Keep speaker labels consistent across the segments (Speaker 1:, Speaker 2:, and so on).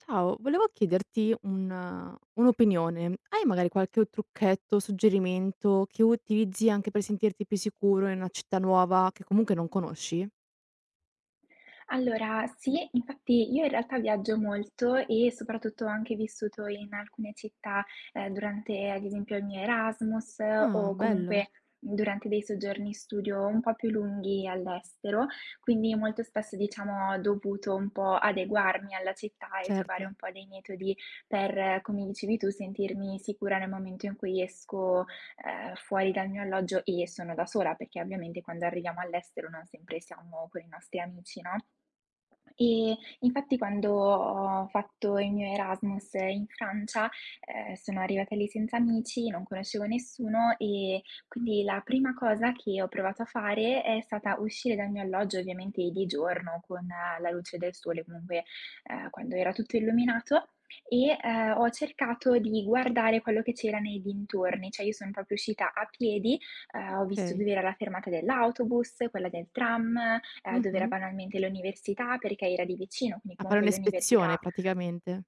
Speaker 1: Ciao, volevo chiederti un'opinione. Hai magari qualche trucchetto, suggerimento che utilizzi anche per sentirti più sicuro in una città nuova che comunque non conosci?
Speaker 2: Allora sì, infatti io in realtà viaggio molto e soprattutto ho anche vissuto in alcune città, durante ad esempio il mio Erasmus
Speaker 1: Ah,
Speaker 2: o
Speaker 1: bello.
Speaker 2: comunque durante dei soggiorni studio un po' più lunghi all'estero, quindi molto spesso diciamo ho dovuto un po' adeguarmi alla città e trovare
Speaker 1: Certo.
Speaker 2: un po' dei metodi per, come dicevi tu, sentirmi sicura nel momento in cui esco, fuori dal mio alloggio e sono da sola, perché ovviamente quando arriviamo all'estero non sempre siamo con i nostri amici, no? E infatti quando ho fatto il mio Erasmus in Francia, sono arrivata lì senza amici, non conoscevo nessuno e quindi la prima cosa che ho provato a fare è stata uscire dal mio alloggio, ovviamente di giorno con la luce del sole, comunque, quando era tutto illuminato e, ho cercato di guardare quello che c'era nei dintorni, cioè io son proprio uscita a piedi, ho visto
Speaker 1: Okay.
Speaker 2: dov'era la fermata dell'autobus, quella del tram, dov'era
Speaker 1: Mh-mh.
Speaker 2: banalmente l'università, perché era lì vicino, quindi
Speaker 1: A fare
Speaker 2: comunque
Speaker 1: un'ispezione
Speaker 2: l'università.
Speaker 1: praticamente.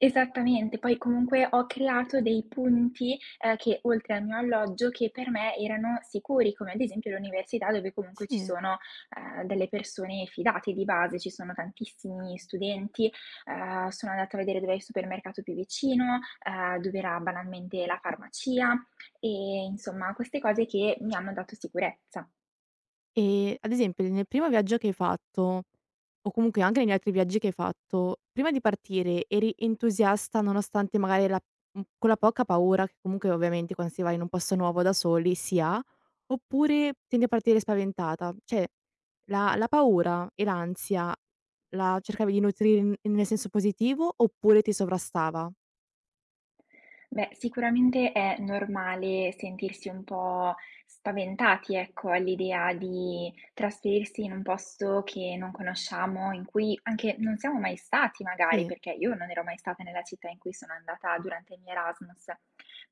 Speaker 2: Esattamente, poi comunque ho creato dei punti, che oltre al mio alloggio, che per me erano sicuri, come ad esempio l'università dove comunque ci
Speaker 1: Sì.
Speaker 2: sono, delle persone fidate di base, ci sono tantissimi studenti, sono andata a vedere dov'è il supermercato più vicino, dov'era banalmente la farmacia, insomma queste cose che mi hanno dato sicurezza.
Speaker 1: Ad esempio nel primo viaggio che hai fatto, o comunque anche negli altri viaggi che hai fatto, prima di partire eri entusiasta nonostante magari quella poca paura che comunque ovviamente quando si va in un posto nuovo da soli si ha, oppure tendi a partire spaventata? Cioè la paura e l'ansia la cercavi di nutrire n nel senso positivo oppure ti sovrastava?
Speaker 2: Beh, sicuramente è normale sentirsi un po' spaventati, ecco, all'idea di trasferirsi in un posto che non conosciamo, in cui anche non siamo mai stati magari,
Speaker 1: Sì,
Speaker 2: perché io non ero mai stata nella città in cui sono andata durante il mio Erasmus.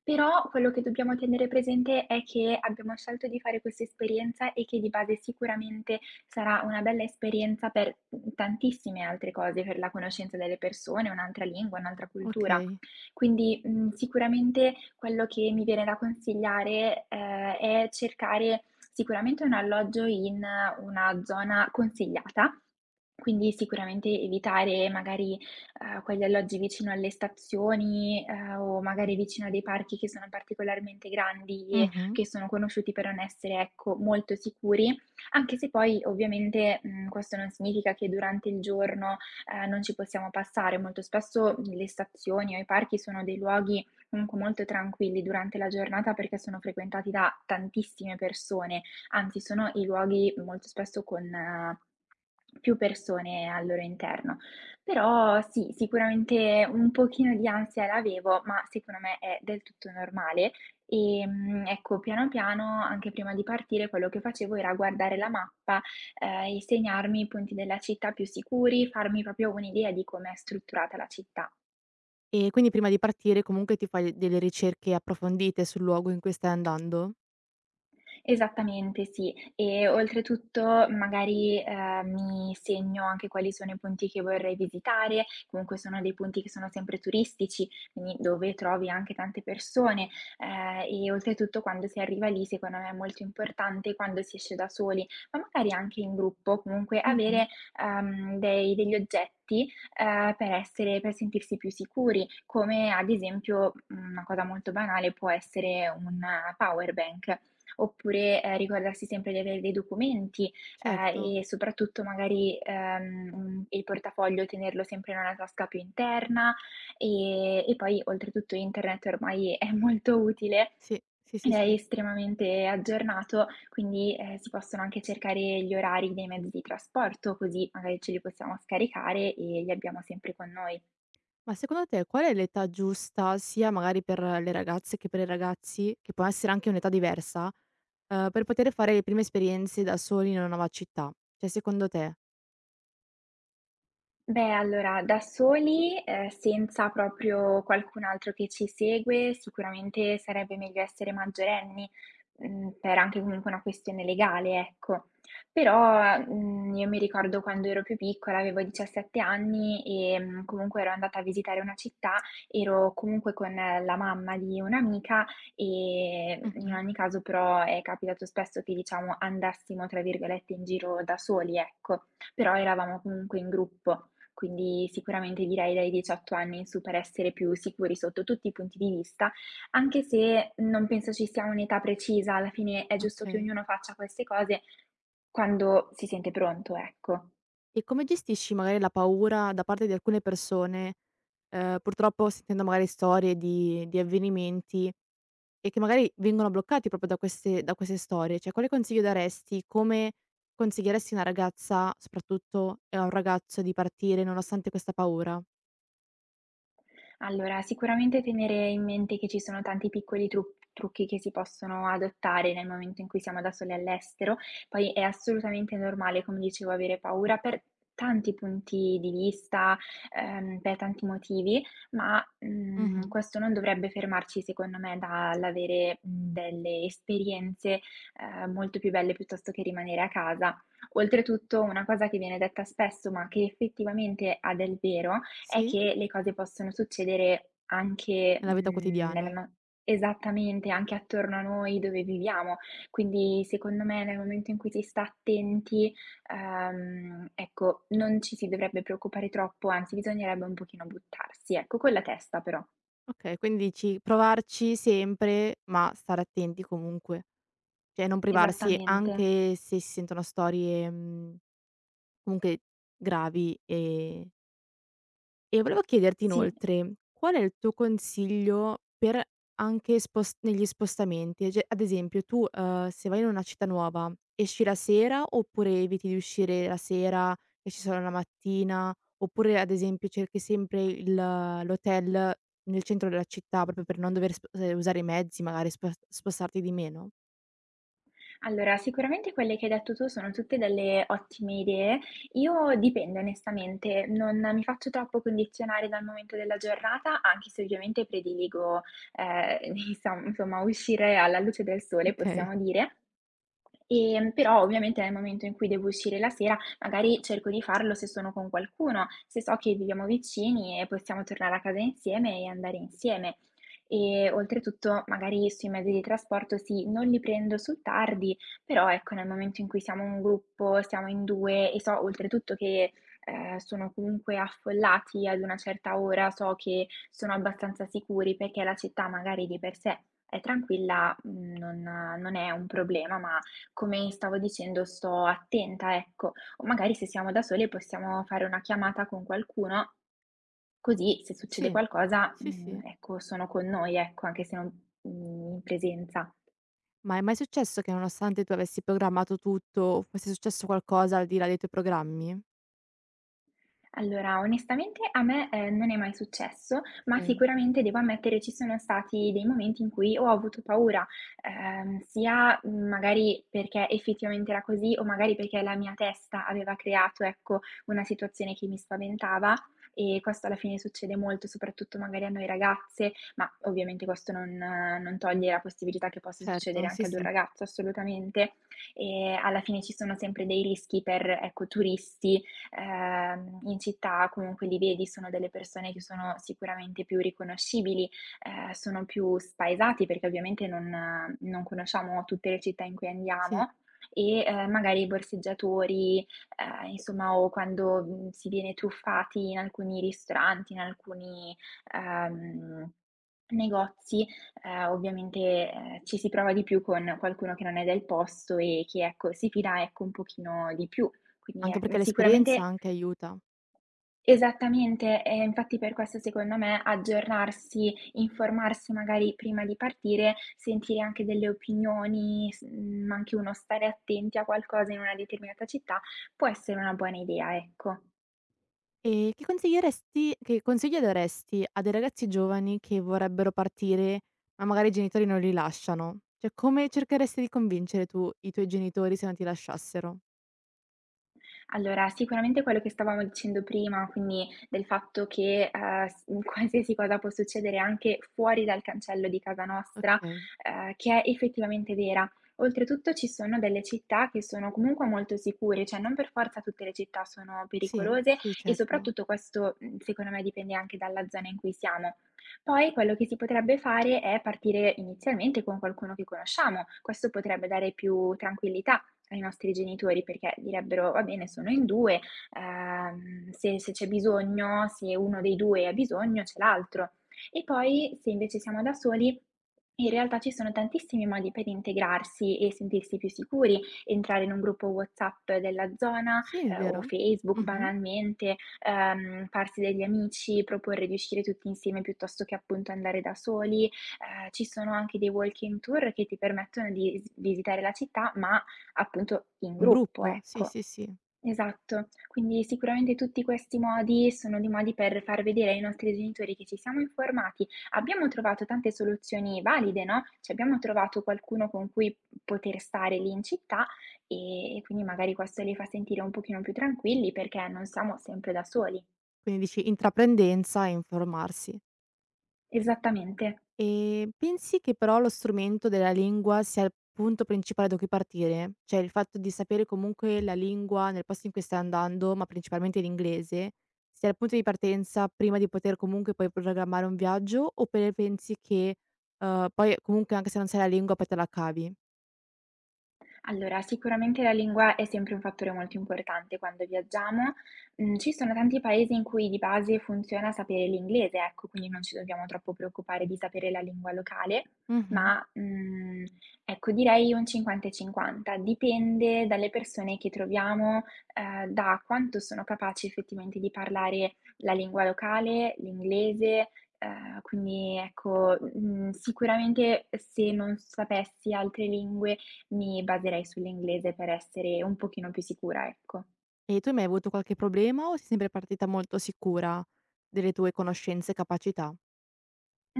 Speaker 2: Però quello che dobbiamo tenere presente è che abbiamo scelto di fare questa esperienza e che di base sicuramente sarà una bella esperienza per tantissime altre cose, per la conoscenza delle persone, un'altra lingua, un'altra cultura.
Speaker 1: okay.
Speaker 2: Quindi, sicuramente quello che mi viene da consigliare, è cercare sicuramente un alloggio in una zona consigliata, quindi sicuramente evitare magari, quegli alloggi vicino alle stazioni, o magari vicino a dei parchi che sono particolarmente grandi e
Speaker 1: Mh-mh.
Speaker 2: che sono conosciuti per non essere, ecco, molto sicuri, anche se poi ovviamente, questo non significa che durante il giorno, non ci possiamo passare. Molto spesso le stazioni o i parchi sono dei luoghi comunque molto tranquilli durante la giornata perché sono frequentati da tantissime persone, anzi sono i luoghi molto spesso con più persone al loro interno. Però sì, sicuramente un pochino di ansia l'avevo, ma secondo me è del tutto normale. Ecco, piano piano, anche prima di partire, quello che facevo era guardare la mappa, insegnarmi i punti della città più sicuri, farmi proprio un'idea di com'è strutturata la città.
Speaker 1: E quindi prima di partire comunque ti fai delle ricerche approfondite sul luogo in cui stai andando?
Speaker 2: Esattamente sì. E oltretutto magari, mi segno anche quali sono i punti che vorrei visitare, comunque sono dei punti che sono sempre turistici, quindi dove trovi anche tante persone, e oltretutto quando si arriva lì secondo me è molto importante quando si esce da soli, ma magari anche in gruppo, comunque
Speaker 1: Mh-mh.
Speaker 2: avere, dei degli oggetti, per sentirsi più sicuri, come ad esempio, una cosa molto banale può essere un power bank oppure, ricordarsi sempre di avere dei documenti,
Speaker 1: Certo.
Speaker 2: e soprattutto magari, il portafoglio tenerlo sempre in una tasca più interna, e poi oltretutto internet ormai è molto utile,
Speaker 1: Sì, sì, sì,
Speaker 2: è
Speaker 1: sì.
Speaker 2: estremamente aggiornato, quindi, si possono anche cercare gli orari dei mezzi di trasporto, così magari ce li possiamo scaricare e li abbiamo sempre con noi.
Speaker 1: Ma secondo te qual è l'età giusta, sia magari per le ragazze che per i ragazzi, che può essere anche un'età diversa, per poter fare le prime esperienze da soli in una nuova città? Cioè secondo te?
Speaker 2: Beh, allora da soli, senza proprio qualcun altro che ci segue, sicuramente sarebbe meglio essere maggiorenni, per anche comunque una questione legale, ecco. Però, io mi ricordo quando ero più piccola, avevo 17 anni e, comunque ero andata a visitare una città, ero comunque con la mamma di un'amica, in
Speaker 1: Mh-mh.
Speaker 2: ogni caso però è capitato spesso che diciamo "andassimo" tra virgolette in giro da soli, ecco, però eravamo comunque in gruppo. Quindi sicuramente direi dai 18 anni in su per essere più sicuri sotto tutti i punti di vista, anche se non penso ci sia un'età precisa, alla fine è giusto che
Speaker 1: Okay.
Speaker 2: ognuno faccia queste cose quando si sente pronto, ecco.
Speaker 1: E come gestisci magari la paura da parte di alcune persone, purtroppo sentendo magari storie di avvenimenti. E che magari vengono bloccati proprio da queste storie. Cioè, quale consiglio daresti? Come consiglieresti a una ragazza, soprattutto, e a un ragazzo di partire nonostante questa paura?
Speaker 2: Allora, sicuramente tenere in mente che ci sono tanti piccoli trucchi che si possono adottare nel momento in cui siamo da soli all'estero, poi è assolutamente normale, come dicevo, avere paura per tanti punti di vista, per tanti motivi, ma,
Speaker 1: Mh-mh.
Speaker 2: questo non dovrebbe fermarci, secondo me, dall'avere, delle esperienze, molto più belle piuttosto che rimanere a casa. Oltretutto una cosa che viene detta spesso, ma che effettivamente ha del vero, è
Speaker 1: Sì?
Speaker 2: che le cose possono succedere anche,
Speaker 1: Nella vita
Speaker 2: mhmm, nella
Speaker 1: quotidiana.
Speaker 2: no Esattamente, anche attorno a noi dove viviamo. Quindi secondo me nel momento in cui si sta attenti, ecco, non ci si dovrebbe preoccupare troppo, anzi bisognerebbe un pochino buttarsi, ecco, con la testa però.
Speaker 1: Okay, quindi dici provarci sempre, ma stare attenti comunque. Cioè, non privarsi
Speaker 2: Esattamente.
Speaker 1: anche se si sentono storie, comunque gravi e. E volevo chiederti
Speaker 2: Sì.
Speaker 1: inoltre, qual è il tuo consiglio per anche spos negli spostamenti? Cioè, ad esempio tu, se vai in una città nuova, esci la sera oppure eviti di uscire la sera, esci solo la mattina? Oppure, ad esempio, cerchi sempre il l'hotel nel centro della città proprio per non dover sp usare i mezzi, magari spostarti di meno?
Speaker 2: Allora, sicuramente quelle che hai detto tu sono tutte delle ottime idee. Io dipende onestamente, non mi faccio troppo condizionare dal momento della giornata, anche se ovviamente prediligo, insom insomma uscire alla luce del sole,
Speaker 1: Okay,
Speaker 2: possiamo dire. Però ovviamente nel momento in cui devo uscire la sera, magari cerco di farlo se sono con qualcuno, se so che viviamo vicini e possiamo tornare a casa insieme e andare insieme. E oltretutto magari sui mezzi di trasporto sì, non li prendo sul tardi, però ecco nel momento in cui siamo un gruppo, siamo in 2 e so oltretutto che, sono comunque affollati ad una certa ora, so che sono abbastanza sicuri perché la città magari di per sé è tranquilla, non è un problema, ma come stavo dicendo, sto attenta, ecco. O magari se siamo da sole possiamo fare una chiamata con qualcuno, così se succede
Speaker 1: sì.
Speaker 2: qualcosa,
Speaker 1: Sì, sì.
Speaker 2: ecco, sono con noi, ecco, anche se non in presenza.
Speaker 1: Ma è mai successo che nonostante tu avessi programmato tutto, fosse successo qualcosa al di là dei tuoi programmi?
Speaker 2: Allora, onestamente a me, non è mai successo, ma
Speaker 1: Okay,
Speaker 2: sicuramente devo ammettere ci sono stati dei momenti in cui ho avuto paura, sia, magari perché effettivamente era così o magari perché la mia testa aveva creato, ecco, una situazione che mi spaventava e questo alla fine succede molto, soprattutto magari a noi ragazze, ma ovviamente questo non toglie la possibilità che possa succedere
Speaker 1: certo, sì,
Speaker 2: anche ad un
Speaker 1: sì,
Speaker 2: ragazzo assolutamente. E alla fine ci sono sempre dei rischi per, ecco, turisti, in città comunque li vedi, sono delle persone che sono sicuramente più riconoscibili, sono più spaesati perché ovviamente non conosciamo tutte le città in cui
Speaker 1: sì,
Speaker 2: andiamo e, magari i borseggiatori, insomma o quando, si viene truffati in alcuni ristoranti, in alcuni, ehm, negozi, ovviamente, ci si prova di più con qualcuno che non è del posto e che ecco, si fida ecco un pochino di più. Quindi
Speaker 1: anche
Speaker 2: è
Speaker 1: perché l'esperienza
Speaker 2: sicuramente.
Speaker 1: anche aiuta.
Speaker 2: Esattamente, e infatti per questo secondo me aggiornarsi, informarsi magari prima di partire, sentire anche delle opinioni, anche uno stare attenti a qualcosa in una determinata città, può essere una buona idea, ecco.
Speaker 1: E che consiglio daresti a dei ragazzi giovani che vorrebbero partire, ma magari i genitori non li lasciano? Cioè, come cercheresti di convincere tu i tuoi genitori se non ti lasciassero?
Speaker 2: Allora, sicuramente quello che stavamo dicendo prima, quindi del fatto che, s qualsiasi cosa può succedere anche fuori dal cancello di casa nostra,
Speaker 1: Okay,
Speaker 2: che è effettivamente vera. Oltretutto ci sono delle città che sono comunque molto sicure, cioè non per forza tutte le città sono
Speaker 1: sì,
Speaker 2: pericolose
Speaker 1: sì,
Speaker 2: e
Speaker 1: certo.
Speaker 2: soprattutto questo, secondo me dipende anche dalla zona in cui siamo. Poi quello che si potrebbe fare è partire inizialmente con qualcuno che conosciamo, questo potrebbe dare più tranquillità ai nostri genitori perché direbbero: "Va bene, sono in 2, se c'è bisogno, se uno dei 2 ha bisogno, c'è l'altro". E poi, se invece siamo da soli, in realtà ci sono tantissimi modi per integrarsi e sentirsi più sicuri, entrare in un gruppo WhatsApp della zona,
Speaker 1: Sì, è
Speaker 2: o
Speaker 1: vero.
Speaker 2: Facebook
Speaker 1: Mh-mh.
Speaker 2: banalmente, farsi degli amici, proporre di uscire tutti insieme piuttosto che appunto andare da soli. Ci sono anche dei walking tour che ti permettono di s visitare la città, ma appunto in
Speaker 1: Un
Speaker 2: gruppo,
Speaker 1: gruppo, sì,
Speaker 2: ecco.
Speaker 1: sì, sì.
Speaker 2: Esatto. Quindi sicuramente tutti questi modi sono dei modi per far vedere ai nostri genitori che ci siamo informati, abbiamo trovato tante soluzioni valide, no, cioè abbiamo trovato qualcuno con cui poter stare lì in città, e quindi magari questo li fa sentire un pochino più tranquilli perché non siamo sempre da soli.
Speaker 1: Quindi dici intraprendenza e informarsi.
Speaker 2: Esattamente.
Speaker 1: E pensi che però lo strumento della lingua sia il punto principale da cui partire? Cioè il fatto di sapere comunque la lingua nel posto in cui stai andando, ma principalmente l'inglese, sia il punto di partenza prima di poter comunque poi programmare un viaggio, oppure pensi che poi comunque anche se non sai la lingua poi te la cavi?
Speaker 2: Allora, sicuramente la lingua è sempre un fattore molto importante quando viaggiamo. Ci sono tanti paesi in cui di base funziona sapere l'inglese, ecco, quindi non ci dobbiamo troppo preoccupare di sapere la lingua locale,
Speaker 1: Mhm.
Speaker 2: ma, ecco, direi un 50 e 50. Dipende dalle persone che troviamo, da quanto sono capaci effettivamente di parlare la lingua locale, l'inglese, quindi ecco, sicuramente se non sapessi altre lingue mi baserei sull'inglese per essere un pochino più sicura, ecco.
Speaker 1: E tu hai mai avuto qualche problema o sei sempre partita molto sicura delle tue conoscenze e capacità?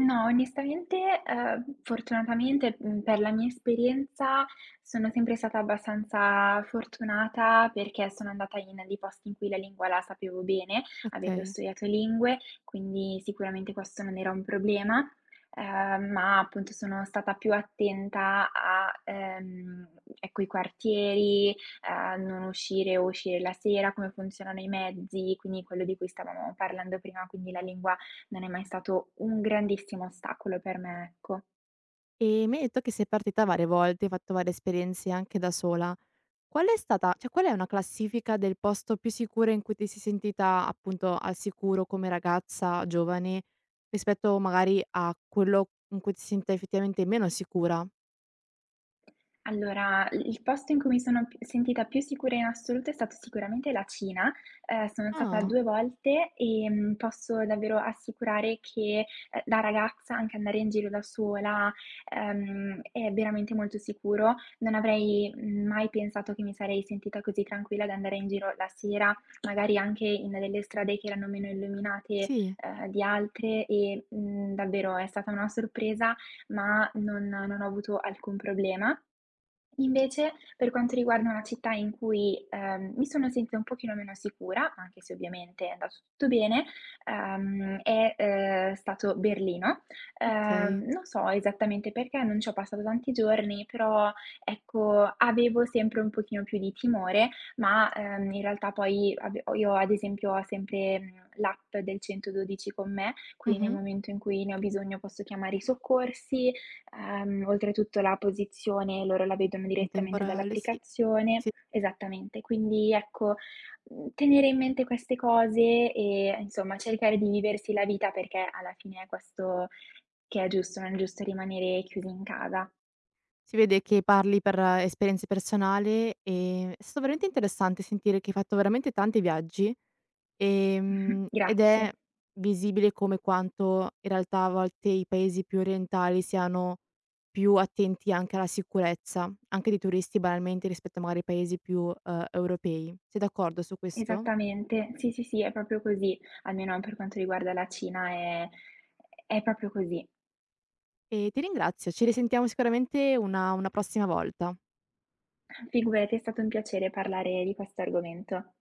Speaker 2: No, onestamente, fortunatamente, per la mia esperienza sono sempre stata abbastanza fortunata perché sono andata in dei posti in cui la lingua la sapevo bene, avendo
Speaker 1: Ok.
Speaker 2: studiato lingue, quindi sicuramente questo non era un problema, ma appunto sono stata più attenta a, ecco, i quartieri, a non uscire o uscire la sera, come funzionano i mezzi, quindi quello di cui stavamo parlando prima, quindi la lingua non è mai stato un grandissimo ostacolo per me, ecco.
Speaker 1: E mi hai detto che sei partita varie volte, hai fatto varie esperienze anche da sola. Qual è una classifica del posto più sicuro in cui ti sei sentita appunto al sicuro come ragazza giovane, rispetto magari a quello in cui ti senta effettivamente meno sicura?
Speaker 2: Allora, il posto in cui mi sono p sentita più sicura in assoluto è stato sicuramente la Cina. Sono stata
Speaker 1: Ah,
Speaker 2: 2 volte, posso davvero assicurare che, da ragazza anche andare in giro da sola, è veramente molto sicuro. Non avrei mai pensato che mi sarei sentita così tranquilla ad andare in giro la sera, magari anche in delle strade che erano meno illuminate,
Speaker 1: sì,
Speaker 2: di altre e, davvero è stata una sorpresa, ma non ho avuto alcun problema. Invece, per quanto riguarda una città in cui, mi sono sentita un pochino meno sicura, anche se ovviamente è andato tutto bene, è stato Berlino. Ehm,
Speaker 1: okay.
Speaker 2: non so esattamente perché, non ci ho passato tanti giorni, però ecco, avevo sempre un pochino più di timore, ma, in realtà poi ave ho io ad esempio ho sempre, l'app del 112 con me, quindi nel
Speaker 1: Mh-mh.
Speaker 2: momento in cui ne ho bisogno posso chiamare i soccorsi. Oltretutto la posizione loro la vedono
Speaker 1: In
Speaker 2: direttamente
Speaker 1: temporale, sì.
Speaker 2: dall'applicazione.
Speaker 1: Sì,
Speaker 2: Esattamente, quindi ecco, tenere in mente queste cose e insomma cercare di viversi la vita perché alla fine è questo che è giusto, non è giusto rimanere chiusi in casa.
Speaker 1: si vede che parli per esperienze personali, è stato veramente interessante sentire che hai fatto veramente tanti viaggi.
Speaker 2: Mh-mh,
Speaker 1: Ed
Speaker 2: grazie.
Speaker 1: è visibile come quanto in realtà a volte i paesi più orientali siano più attenti anche alla sicurezza, anche dei turisti banalmente rispetto a magari ai paesi più europei. Sei d'accordo su questo?
Speaker 2: Esattamente. Sì, sì, sì, è proprio così, almeno per quanto riguarda la Cina è proprio così.
Speaker 1: E ti ringrazio, ci risentiamo sicuramente una prossima volta.
Speaker 2: Figurati, è stato un piacere parlare di questo argomento.